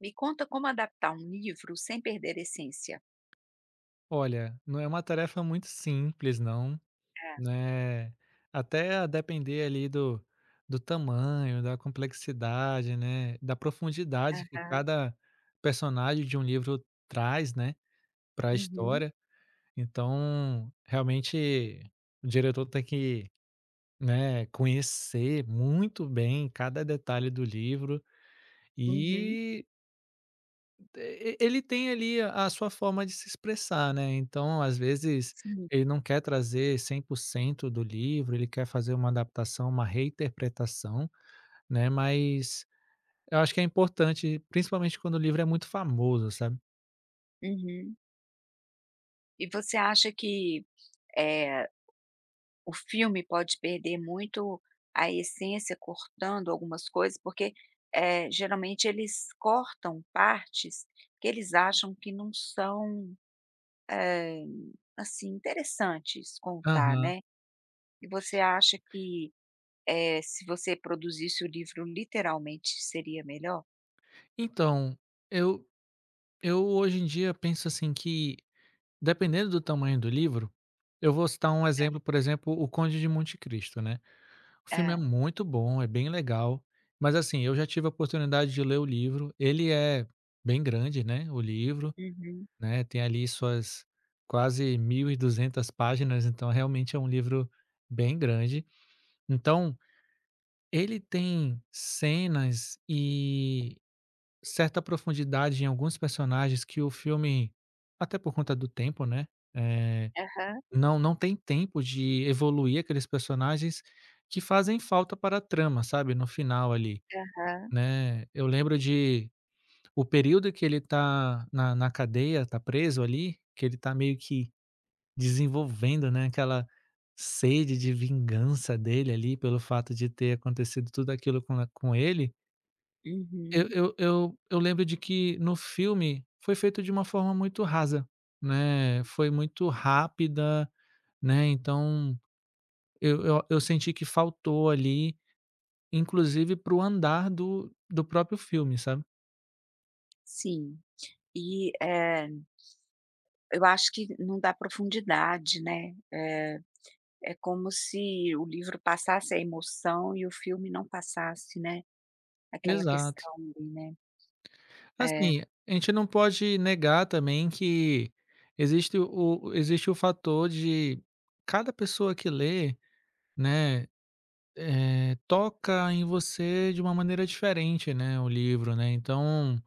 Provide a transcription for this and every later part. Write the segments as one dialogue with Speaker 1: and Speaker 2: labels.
Speaker 1: Me conta como adaptar um livro sem perder a essência.
Speaker 2: Olha, não é uma tarefa muito simples não, né, até a depender ali do tamanho, da complexidade, né, da
Speaker 1: É,
Speaker 2: profundidade que
Speaker 1: aham.
Speaker 2: cada personagem de um livro traz, né, para a
Speaker 1: Uhum,
Speaker 2: história. Então, realmente, o diretor tem que, né, conhecer muito bem cada detalhe do livro
Speaker 1: uhum,
Speaker 2: e e ele tem ali a sua forma de se expressar, né, então às vezes
Speaker 1: sim,
Speaker 2: ele não quer trazer 100% do livro, ele quer fazer uma adaptação, uma reinterpretação, né, mas eu acho que é importante, principalmente quando o livro é muito famoso, sabe.
Speaker 1: uhum. E você acha que, eh, o filme pode perder muito a essência cortando algumas coisas? Porque, geralmente eles cortam partes que eles acham que não são, eh, assim, interessantes contar,
Speaker 2: Aham.
Speaker 1: né. E você acha que, se você produzisse o livro literalmente seria melhor?
Speaker 2: Então, eu eu hoje em dia penso assim que, dependendo do tamanho do livro eu vou citar um exemplo, por exemplo, O Conde de Monte Cristo, né. O filme é
Speaker 1: É.
Speaker 2: muito bom, é bem legal, mas assim, eu já tive a oportunidade de ler o livro, ele é bem grande, né, o livro,
Speaker 1: Uhum.
Speaker 2: né, tem ali suas quase 1.200 páginas, então realmente é um livro bem grande. Então, ele tem cenas e certa profundidade em alguns personagens que o filme, até por conta do tempo, né, eh,
Speaker 1: Aham,
Speaker 2: não tem tempo de evoluir aqueles personagens que fazem falta para a trama, sabe, no final ali,
Speaker 1: aham.
Speaker 2: né. Eu lembro de o período que ele tá na cadeia, tá preso ali, que ele tá meio que desenvolvendo, né, aquela sede de vingança dele ali pelo fato de ter acontecido tudo aquilo com a com ele, eu
Speaker 1: Uhum.
Speaker 2: eu eu eu lembro de que no filme foi feito de uma forma muito rasa, né, foi muito rápida, né, então Eu senti que faltou ali, inclusive para o andar do próprio filme, sabe.
Speaker 1: Sim. E, eu acho que não dá profundidade, né. É como se o livro passasse a emoção e o filme não passasse, né, aquela questão
Speaker 2: Exato.
Speaker 1: ali, né. É.
Speaker 2: Assim, a gente não pode negar também que existe o fator de cada pessoa que lê, né, toca em você de uma maneira diferente, né, o livro, né. Então,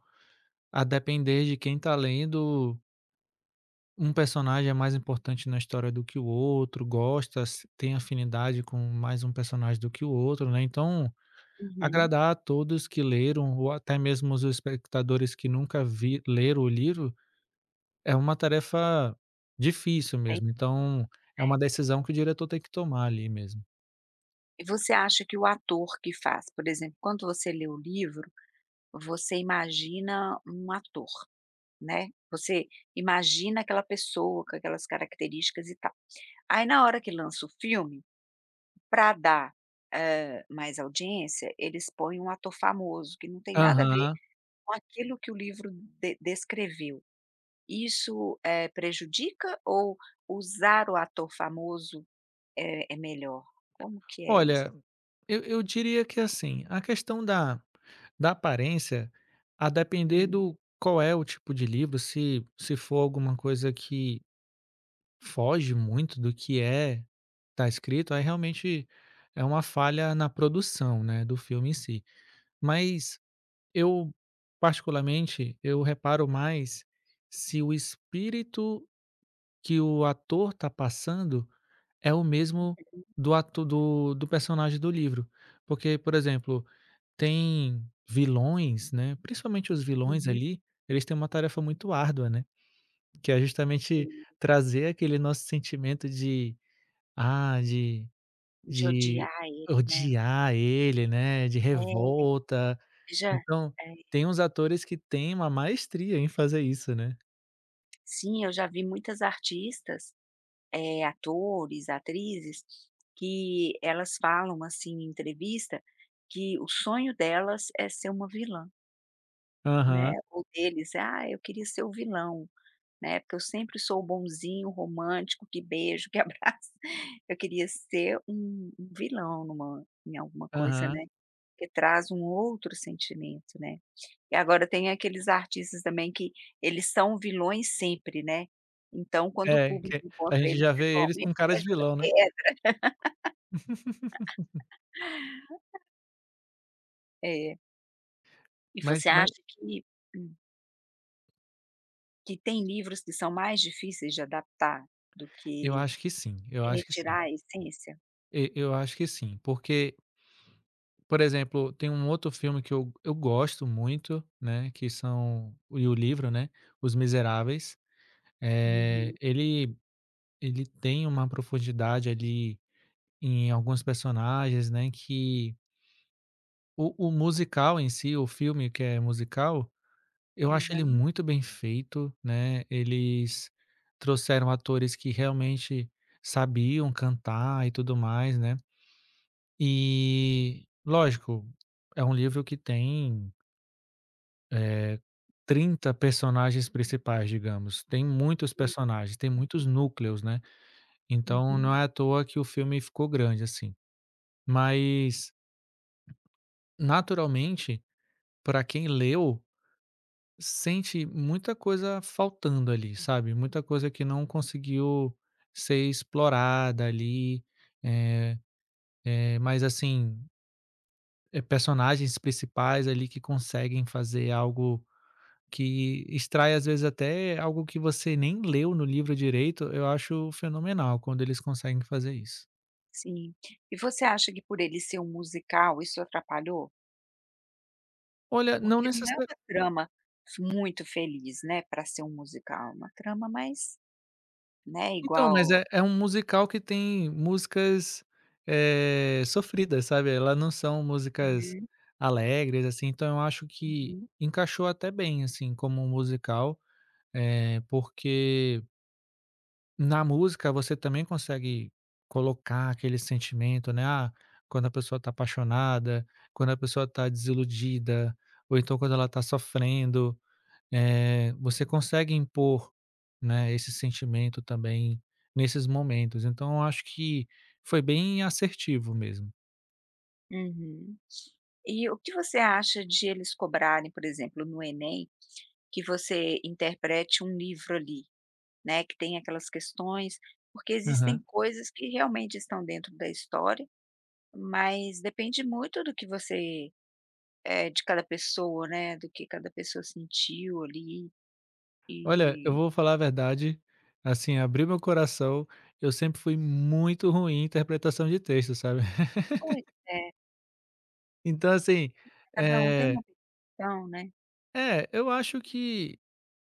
Speaker 2: a depender de quem está lendo Um personagem é mais importante na história do que o outro, gosta, s tem afinidade com mais um personagem do que o outro, né, então
Speaker 1: Uhum.
Speaker 2: agradar a todos que leram ou até mesmo os espectadores que nunca vi leram o livro, é uma tarefa difícil
Speaker 1: Tem
Speaker 2: mesmo, então é uma decisão que o diretor tem que tomar ali mesmo.
Speaker 1: E você acha que o ator que faz, por exemplo, quando você lê o livro, você imagina um ator, né, você imagina aquela pessoa com aquelas características e tal. Aí na hora que lança o filme para dar, mais audiência, eles põem um ator famoso, que não tem nada a ver
Speaker 2: Aham.
Speaker 1: com aquilo que o livro de descreveu. Isso, prejudica ou usar o ator famoso é melhor? Como que é isso?
Speaker 2: Olha, eu diria que assim, a questão da aparência, a depender
Speaker 1: Uhum.
Speaker 2: do qual é o tipo de livro, se for alguma coisa que Foge muito do que é tá escrito, aí realmente é uma falha na produção, né, do filme em si. Mas eu, particularmente, eu reparo mais se o espírito que o ator tá passando é o mesmo do ato do personagem do livro. Porque, por exemplo, tem vilões, né, principalmente os vilões
Speaker 1: Uhum,
Speaker 2: ali, eles têm uma tarefa muito árdua, né, que é justamente
Speaker 1: sim.
Speaker 2: trazer aquele nosso sentimento de ah, de
Speaker 1: De
Speaker 2: de
Speaker 1: odiar ele, né.
Speaker 2: odiar ele, né, de
Speaker 1: É,
Speaker 2: revolta.
Speaker 1: já
Speaker 2: Então,
Speaker 1: é,
Speaker 2: tem uns atores que têm uma maestria em fazer isso, né.
Speaker 1: sim, eu já vi muitas artistas, atores, atrizes, que elas falam, assim, em entrevista, que o sonho delas é ser uma vilã, né,
Speaker 2: Aham,
Speaker 1: ou deles: é, "Ah, eu queria ser o vilão, né, porque eu sempre sou o bonzinho, romântico, que beijo, que abraço". Eu queria ser um vilão numa em alguma coisa,
Speaker 2: aham.
Speaker 1: né, que traz um outro sentimento, né. E agora tem aqueles artistas também que eles são vilões sempre, né, então quando o
Speaker 2: É,
Speaker 1: público
Speaker 2: que a
Speaker 1: encontra
Speaker 2: gente
Speaker 1: eles
Speaker 2: já vê eles
Speaker 1: pessoalmente,
Speaker 2: com cara
Speaker 1: até
Speaker 2: de
Speaker 1: joga.
Speaker 2: vilão, né.
Speaker 1: É. E
Speaker 2: Mas
Speaker 1: você
Speaker 2: mas
Speaker 1: acha que, hum, que tem livros que são mais difíceis de adaptar do
Speaker 2: eu
Speaker 1: que
Speaker 2: acho que sim, eu acho que sim.
Speaker 1: retirar a essência?
Speaker 2: E eu acho que sim, porque, por exemplo, tem um outro filme que eu gosto muito, né, que são e o livro, né, Os Miseráveis. Eh,
Speaker 1: Uhum.
Speaker 2: ele ele tem uma profundidade ali Em alguns personagens, né, que o musical em si, o filme que é musical, eu acho ele
Speaker 1: Aham.
Speaker 2: muito bem feito, né, eles trouxeram atores que realmente sabiam cantar e tudo mais, né. E, lógico, é um livro que tem 30 personagens principais, digamos, tem muitos
Speaker 1: Hum.
Speaker 2: personagens, tem muitos núcleos, né, então não
Speaker 1: Uhum.
Speaker 2: é à toa que o filme ficou grande, assim. Mas, naturalmente, para quem leu Sente muita coisa faltando ali, sabe, muita coisa que não conseguiu ser explorada ali, eh mas assim, personagens principais ali que conseguem fazer algo que extrai, às vezes, até algo que você nem leu no livro direito, eu acho fenomenal quando eles conseguem fazer isso.
Speaker 1: Sim. E você acha que, por ele ser um musical, isso atrapalhou?
Speaker 2: Olha, não
Speaker 1: Porque não
Speaker 2: necessa
Speaker 1: é uma trama f muito feliz, né, para ser um musical, é uma trama mais, né,
Speaker 2: Então, mas
Speaker 1: igual.
Speaker 2: é é um musical que tem músicas, sofridas, sabe, elas não são músicas
Speaker 1: Uhum,
Speaker 2: alegres, assim, então eu acho que
Speaker 1: uhum,
Speaker 2: encaixou até bem, assim, como um musical, porque na música você também consegue colocar aquele sentimento, né, ah, quando a pessoa tá apaixonada, quando a pessoa tá desiludida, ou então quando ela tá sofrendo. Você consegue impor, né, esse sentimento também nesses momentos. Então eu acho que foi bem assertivo mesmo.
Speaker 1: uhum. E o que você acha de eles cobrarem, por exemplo, no Enem, que você interprete um livro ali? Né, que tem aquelas questões, porque existem
Speaker 2: Aham.
Speaker 1: coisas que realmente estão dentro da história, mas depende muito do que você, de cada pessoa, né, do que cada pessoa sentiu ali
Speaker 2: Olha, eu
Speaker 1: e
Speaker 2: vou falar a verdade, assim, abrir meu coração, eu sempre fui muito ruim em interpretação de texto, sabe.
Speaker 1: pois é,
Speaker 2: Então assim,
Speaker 1: cada um tem
Speaker 2: eh
Speaker 1: uma percepção, né.
Speaker 2: eu acho que,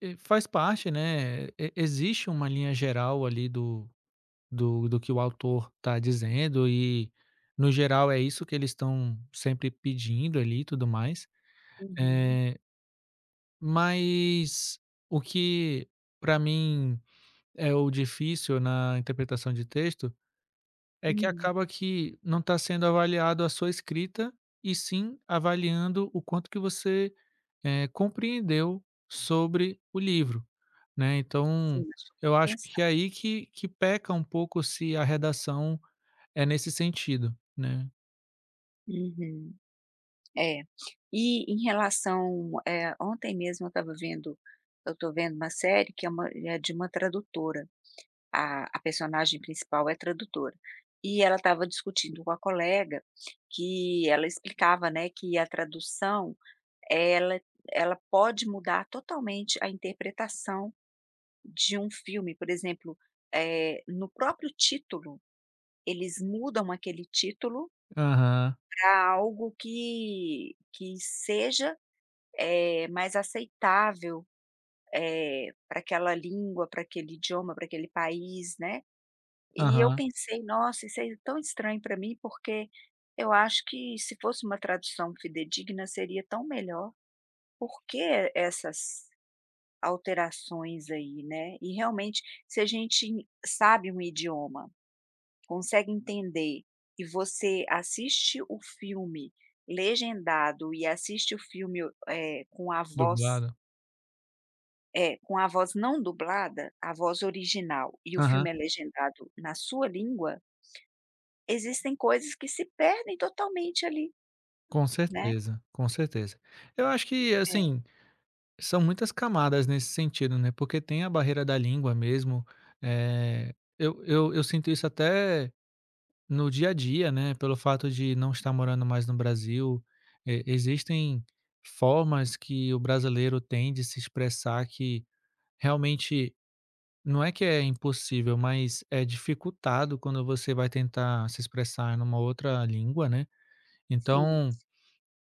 Speaker 2: faz parte, né, e existe uma linha geral ali do que o autor está dizendo e, no geral, é isso que eles estão sempre pedindo ali e tudo mais.
Speaker 1: Uhum,
Speaker 2: Eh, mas o que para mim é o difícil na interpretação de texto é que
Speaker 1: uhum.
Speaker 2: acaba que não está sendo avaliado a sua escrita, e sim avaliando o quanto que você, compreendeu sobre o livro, né.
Speaker 1: Sim,
Speaker 2: Então
Speaker 1: acho que
Speaker 2: eu acho
Speaker 1: compensa.
Speaker 2: que é aí que peca um pouco se a redação é nesse sentido, né.
Speaker 1: Uhum. É. E em relação, ontem mesmo eu estava vendo, eu estou vendo uma série que é uma é de uma tradutora. A personagem principal é tradutora. E ela estava discutindo com a colega que ela explicava, né, que a tradução, ela ela pode mudar totalmente a interpretação de um filme. Por exemplo, no próprio título, eles mudam aquele título
Speaker 2: Aham,
Speaker 1: para algo que seja, mais aceitável, para aquela língua, para aquele idioma, para aquele país, né. E eu
Speaker 2: aham.
Speaker 1: pensei: "Nossa, isso é tão estranho para mim, porque eu acho que se fosse uma tradução fidedigna seria tão melhor. Por que essas alterações aí, né?". E realmente, se a gente sabe um idioma, consegue entender e você assiste o filme legendado e assiste o filme, eh, com a voz
Speaker 2: Dublado.
Speaker 1: com a voz não dublada, a voz original, e o
Speaker 2: Aham.
Speaker 1: filme é legendado na sua língua. Existem coisas que se perdem totalmente ali,
Speaker 2: Com
Speaker 1: né.
Speaker 2: certeza, com certeza. Eu acho que,
Speaker 1: É,
Speaker 2: assim, são muitas camadas nesse sentido, né, porque tem a barreira da língua mesmo, eu sinto isso até no dia a dia, né, pelo fato de não estar morando mais no Brasil, e existem formas que o brasileiro tem de se expressar que realmente Não é que é impossível, mas é dificultado quando você vai tentar se expressar numa outra língua, né.
Speaker 1: sim.
Speaker 2: Então,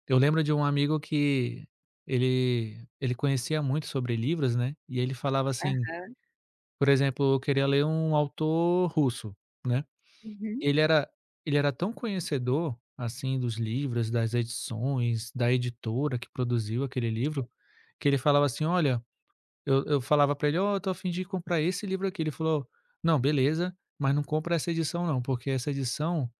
Speaker 2: eu lembro de um amigo que ele conhecia muito sobre livros, né, e ele falava assim,
Speaker 1: Aham.
Speaker 2: por exemplo, eu queria ler um autor russo, né,
Speaker 1: Uhum.
Speaker 2: E ele era tão conhecedor, assim, dos livros, das edições, da editora que produziu aquele livro, que ele falava assim: "Olha". Eu falava pra ele: "Ó, eu tô a fim de comprar esse livro aqui". Ele falou: "Não, beleza, mas não compra essa edição não, porque essa edição,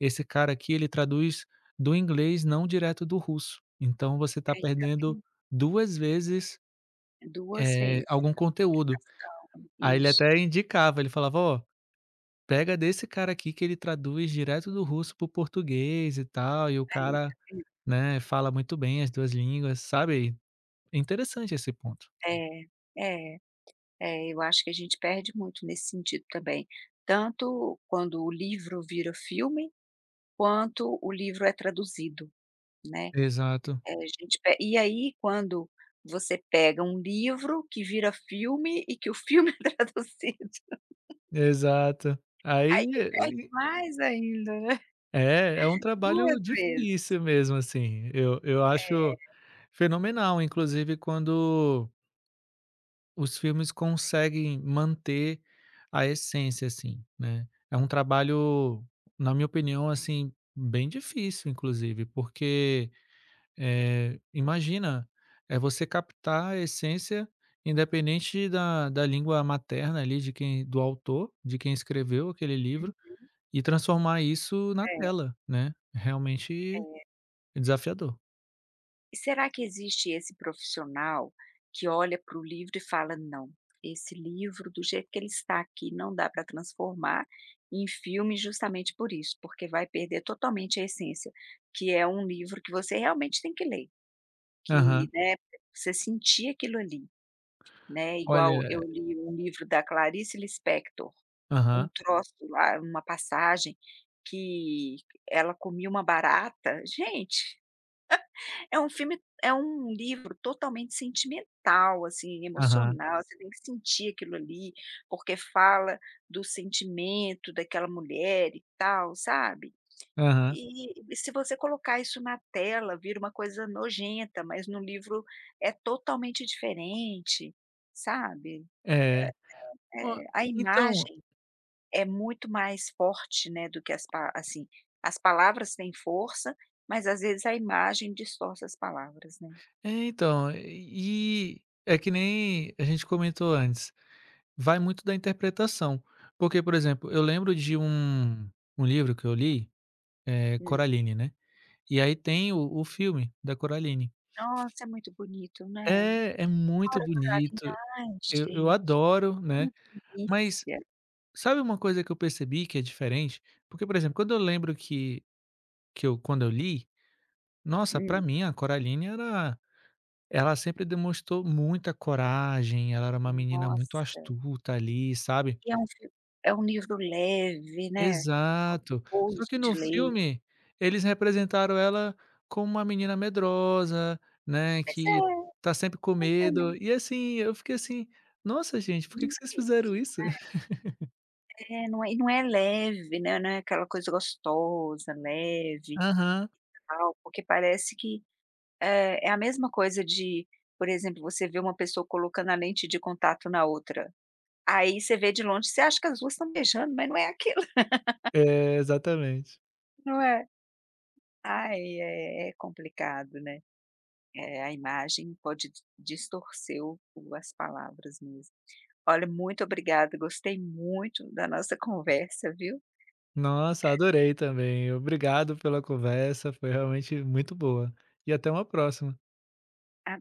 Speaker 2: esse cara aqui, ele traduz do inglês, não direto do russo. Então você tá
Speaker 1: Aí, tá
Speaker 2: perdendo
Speaker 1: vendo?
Speaker 2: 2 vezes,
Speaker 1: 2 vezes
Speaker 2: algum conteúdo".
Speaker 1: educação.
Speaker 2: Aí ele
Speaker 1: Isso.
Speaker 2: até indicava, ele falava: "Ó, pega desse cara aqui que ele traduz direto do russo pro português e tal, e o
Speaker 1: Aí, tá
Speaker 2: cara,
Speaker 1: vendo?
Speaker 2: né, fala muito bem as 2 línguas", sabe. Interessante esse ponto.
Speaker 1: É, é, é, eu acho que a gente perde muito nesse sentido também, tanto quando o livro vira filme, quanto o livro é traduzido, né.
Speaker 2: Exato.
Speaker 1: A gente pe e aí quando você pega um livro que vira filme e que o filme é traduzido,
Speaker 2: Exato. Aí
Speaker 1: aí que perde
Speaker 2: e
Speaker 1: mais ainda, né.
Speaker 2: é, é um
Speaker 1: Duas
Speaker 2: trabalho
Speaker 1: vezes.
Speaker 2: difícil mesmo, assim. Eu acho
Speaker 1: É,
Speaker 2: fenomenal, inclusive, quando os filmes conseguem manter a essência, assim, né. É um trabalho, na minha opinião, assim, bem difícil, inclusive, porque, imagina, é você captar a essência, independente da língua materna ali de quem do autor, de quem escreveu aquele livro. E transformar isso na
Speaker 1: é,
Speaker 2: tela, né, realmente
Speaker 1: é.
Speaker 2: é desafiador.
Speaker 1: E será que existe esse profissional que olha para o livro e fala: "Não, esse livro do jeito que ele está aqui não dá para transformar em filme justamente por isso, porque vai perder totalmente a essência", que é um livro que você realmente tem que ler, que,
Speaker 2: Aham.
Speaker 1: né, você sentir aquilo ali, né, igual
Speaker 2: Olha
Speaker 1: eu li um livro da Clarice Lispector, um
Speaker 2: aham,
Speaker 1: troço lá, uma passagem que ela comia uma barata. Gente! É um filme é um livro totalmente sentimental, assim,
Speaker 2: aham,
Speaker 1: emocional, você tem que sentir aquilo ali, porque fala do sentimento daquela mulher e tal, sabe.
Speaker 2: aham.
Speaker 1: E se você colocar isso na tela, vira uma coisa nojenta, mas no livro é totalmente diferente, sabe.
Speaker 2: É. Ó,
Speaker 1: A
Speaker 2: então
Speaker 1: imagem é muito mais forte, né, do que as pa assim, as palavras têm força, mas às vezes a imagem distorce as palavras, né.
Speaker 2: é, então, e é que nem a gente comentou antes, vai muito da interpretação. Porque, por exemplo, eu lembro de um livro que eu li, Coraline, né, e aí tem o filme da Coraline.
Speaker 1: Nossa, é muito bonito, né.
Speaker 2: É, é muito
Speaker 1: Aura Coralina,
Speaker 2: bonito,
Speaker 1: ai,
Speaker 2: eu
Speaker 1: gente,
Speaker 2: adoro, né,
Speaker 1: que
Speaker 2: mas
Speaker 1: delícia.
Speaker 2: sabe uma coisa que eu percebi que é diferente? Porque, por exemplo, quando eu lembro que eu li, nossa, pra
Speaker 1: Hum,
Speaker 2: mim a Coraline era ela sempre demonstrou muita coragem, ela era uma menina muito
Speaker 1: nossa.
Speaker 2: astuta ali, sabe.
Speaker 1: E é um fi é um livro leve, né,
Speaker 2: Exato. Só
Speaker 1: gostoso
Speaker 2: que no
Speaker 1: de ler.
Speaker 2: filme, eles representaram ela como uma menina medrosa, né,
Speaker 1: Pois
Speaker 2: que
Speaker 1: é,
Speaker 2: tá sempre com
Speaker 1: pois é. Né?
Speaker 2: medo, e assim, eu fiquei assim: "Nossa gente, por que
Speaker 1: Não
Speaker 2: que vocês
Speaker 1: é isso.
Speaker 2: fizeram isso?"
Speaker 1: É, não é, e não é leve, né, não é aquela coisa gostosa, leve,
Speaker 2: Aham.
Speaker 1: tal, porque parece que, é a mesma coisa de, por exemplo, você vê uma pessoa colocando a lente de contato na outra, aí você vê de longe, você acha que as 2 estão beijando, mas não é aquilo,
Speaker 2: É, exatamente.
Speaker 1: não é? Ai, é é complicado, né. A imagem pode di distorcer o as palavras mesmo. Olha, muito obrigada, gostei muito da nossa conversa, viu.
Speaker 2: Nossa, adorei também. Obrigado pela conversa, foi realmente muito boa. E até uma próxima.